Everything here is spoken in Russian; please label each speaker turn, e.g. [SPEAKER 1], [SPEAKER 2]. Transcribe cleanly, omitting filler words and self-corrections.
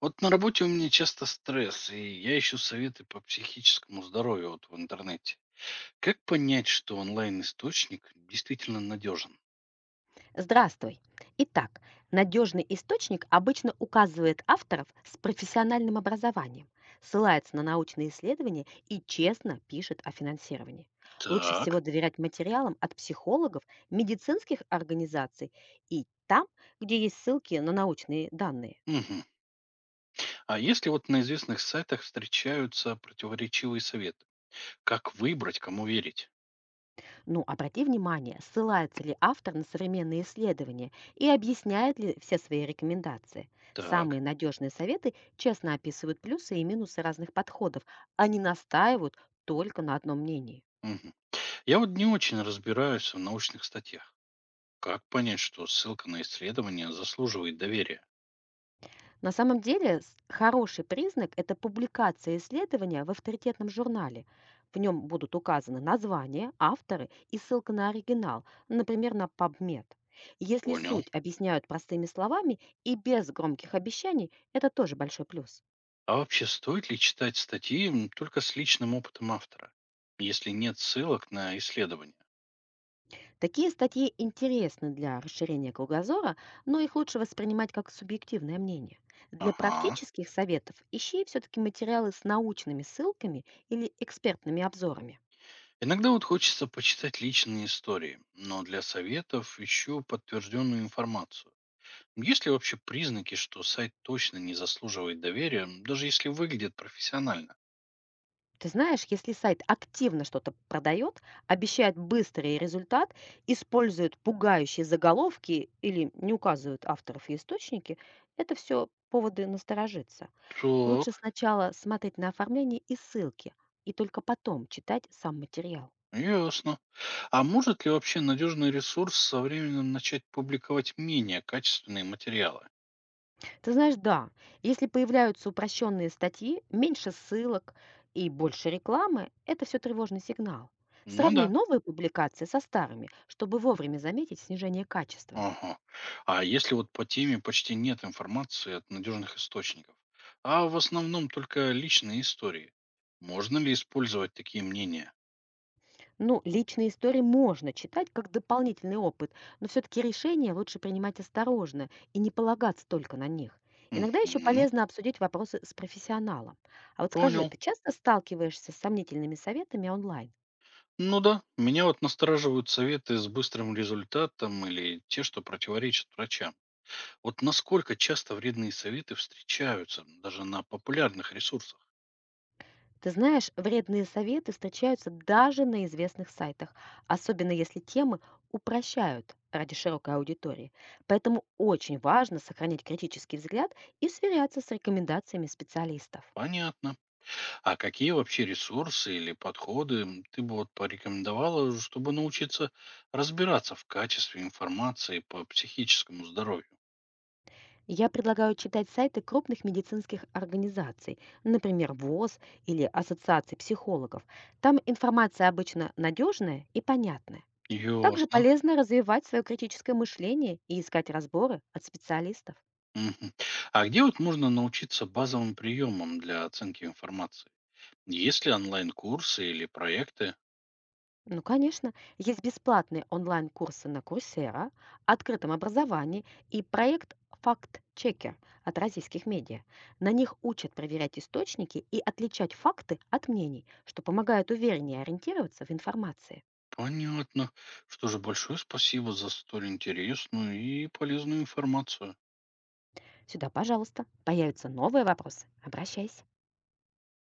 [SPEAKER 1] Вот на работе у меня часто стресс, и я ищу советы по психическому здоровью вот в интернете. Как понять, что онлайн-источник действительно надежен?
[SPEAKER 2] Здравствуй. Итак, надежный источник обычно указывает авторов с профессиональным образованием, ссылается на научные исследования и честно пишет о финансировании. Лучше всего
[SPEAKER 1] Так,
[SPEAKER 2] доверять материалам от психологов, медицинских организаций и там, где есть ссылки на научные данные.
[SPEAKER 1] Мгм. А если вот на известных сайтах встречаются противоречивые советы? Как выбрать, кому верить?
[SPEAKER 2] Ну, обрати внимание, ссылается ли автор на современные исследования и объясняет ли все свои рекомендации.
[SPEAKER 1] Так.
[SPEAKER 2] Самые надежные советы честно описывают плюсы и минусы разных подходов, а не настаивают только на одном мнении.
[SPEAKER 1] Мгм. Я вот не очень разбираюсь в научных статьях. Как понять, что ссылка на исследование заслуживает доверия?
[SPEAKER 2] На самом деле, хороший признак – это публикация исследования в авторитетном журнале. В нем будут указаны название, авторы и ссылка на оригинал, например, на PubMed. Если
[SPEAKER 1] Понял.
[SPEAKER 2] суть объясняют простыми словами и без громких обещаний, это тоже большой плюс.
[SPEAKER 1] А вообще стоит ли читать статьи только с личным опытом автора, если нет ссылок на исследования?
[SPEAKER 2] Такие статьи интересны для расширения кругозора, но их лучше воспринимать как субъективное мнение. Для
[SPEAKER 1] Ага.
[SPEAKER 2] практических советов ищи все-таки материалы с научными ссылками или экспертными обзорами.
[SPEAKER 1] Иногда вот хочется почитать личные истории, но для советов ищу подтвержденную информацию. Есть ли вообще признаки, что сайт точно не заслуживает доверия, даже если выглядит профессионально?
[SPEAKER 2] Ты знаешь, если сайт активно что-то продает, обещает быстрый результат, использует пугающие заголовки или не указывают авторов и источники, это все поводы насторожиться.
[SPEAKER 1] Так,
[SPEAKER 2] Лучше сначала смотреть на оформление и ссылки, и только потом читать сам материал.
[SPEAKER 1] ясно. А может ли вообще надежный ресурс со временем начать публиковать менее качественные материалы?
[SPEAKER 2] Ты знаешь, да, если появляются упрощенные статьи, меньше ссылок и больше рекламы, это все тревожный сигнал.
[SPEAKER 1] Ну
[SPEAKER 2] Сравни
[SPEAKER 1] да.
[SPEAKER 2] новые публикации со старыми, чтобы вовремя заметить снижение качества.
[SPEAKER 1] Ага. А если вот по теме почти нет информации от надежных источников, а в основном только личные истории, можно ли использовать такие мнения?
[SPEAKER 2] Ну, личные истории можно читать как дополнительный опыт, но все-таки решения лучше принимать осторожно и не полагаться только на них. Иногда еще
[SPEAKER 1] Мгм.
[SPEAKER 2] полезно обсудить вопросы с профессионалом. А вот скажи,
[SPEAKER 1] Понял.
[SPEAKER 2] ты часто сталкиваешься с сомнительными советами онлайн?
[SPEAKER 1] Ну да, меня вот настораживают советы с быстрым результатом или те, что противоречат врачам. Вот насколько часто вредные советы встречаются даже на популярных ресурсах?
[SPEAKER 2] Ты знаешь, вредные советы встречаются даже на известных сайтах, особенно если темы упрощают ради широкой аудитории. Поэтому очень важно сохранить критический взгляд и сверяться с рекомендациями специалистов.
[SPEAKER 1] Понятно. А какие вообще ресурсы или подходы ты бы вот порекомендовала, чтобы научиться разбираться в качестве информации по психическому здоровью?
[SPEAKER 2] Я предлагаю читать сайты крупных медицинских организаций, например, ВОЗ или Ассоциации психологов. Там информация обычно надежная и понятная. Также
[SPEAKER 1] Ясно.
[SPEAKER 2] полезно развивать свое критическое мышление и искать разборы от специалистов.
[SPEAKER 1] Мгм. А где вот можно научиться базовым приемам для оценки информации? Есть ли онлайн-курсы или проекты?
[SPEAKER 2] Ну, конечно, есть бесплатные онлайн-курсы на Курсера, открытом образовании и проект «Факт-чекер» от российских медиа. На них учат проверять источники и отличать факты от мнений, что помогает увереннее ориентироваться в информации.
[SPEAKER 1] Понятно. Что же, большое спасибо за столь интересную и полезную информацию.
[SPEAKER 2] Сюда, пожалуйста. Появятся новые вопросы – обращайся.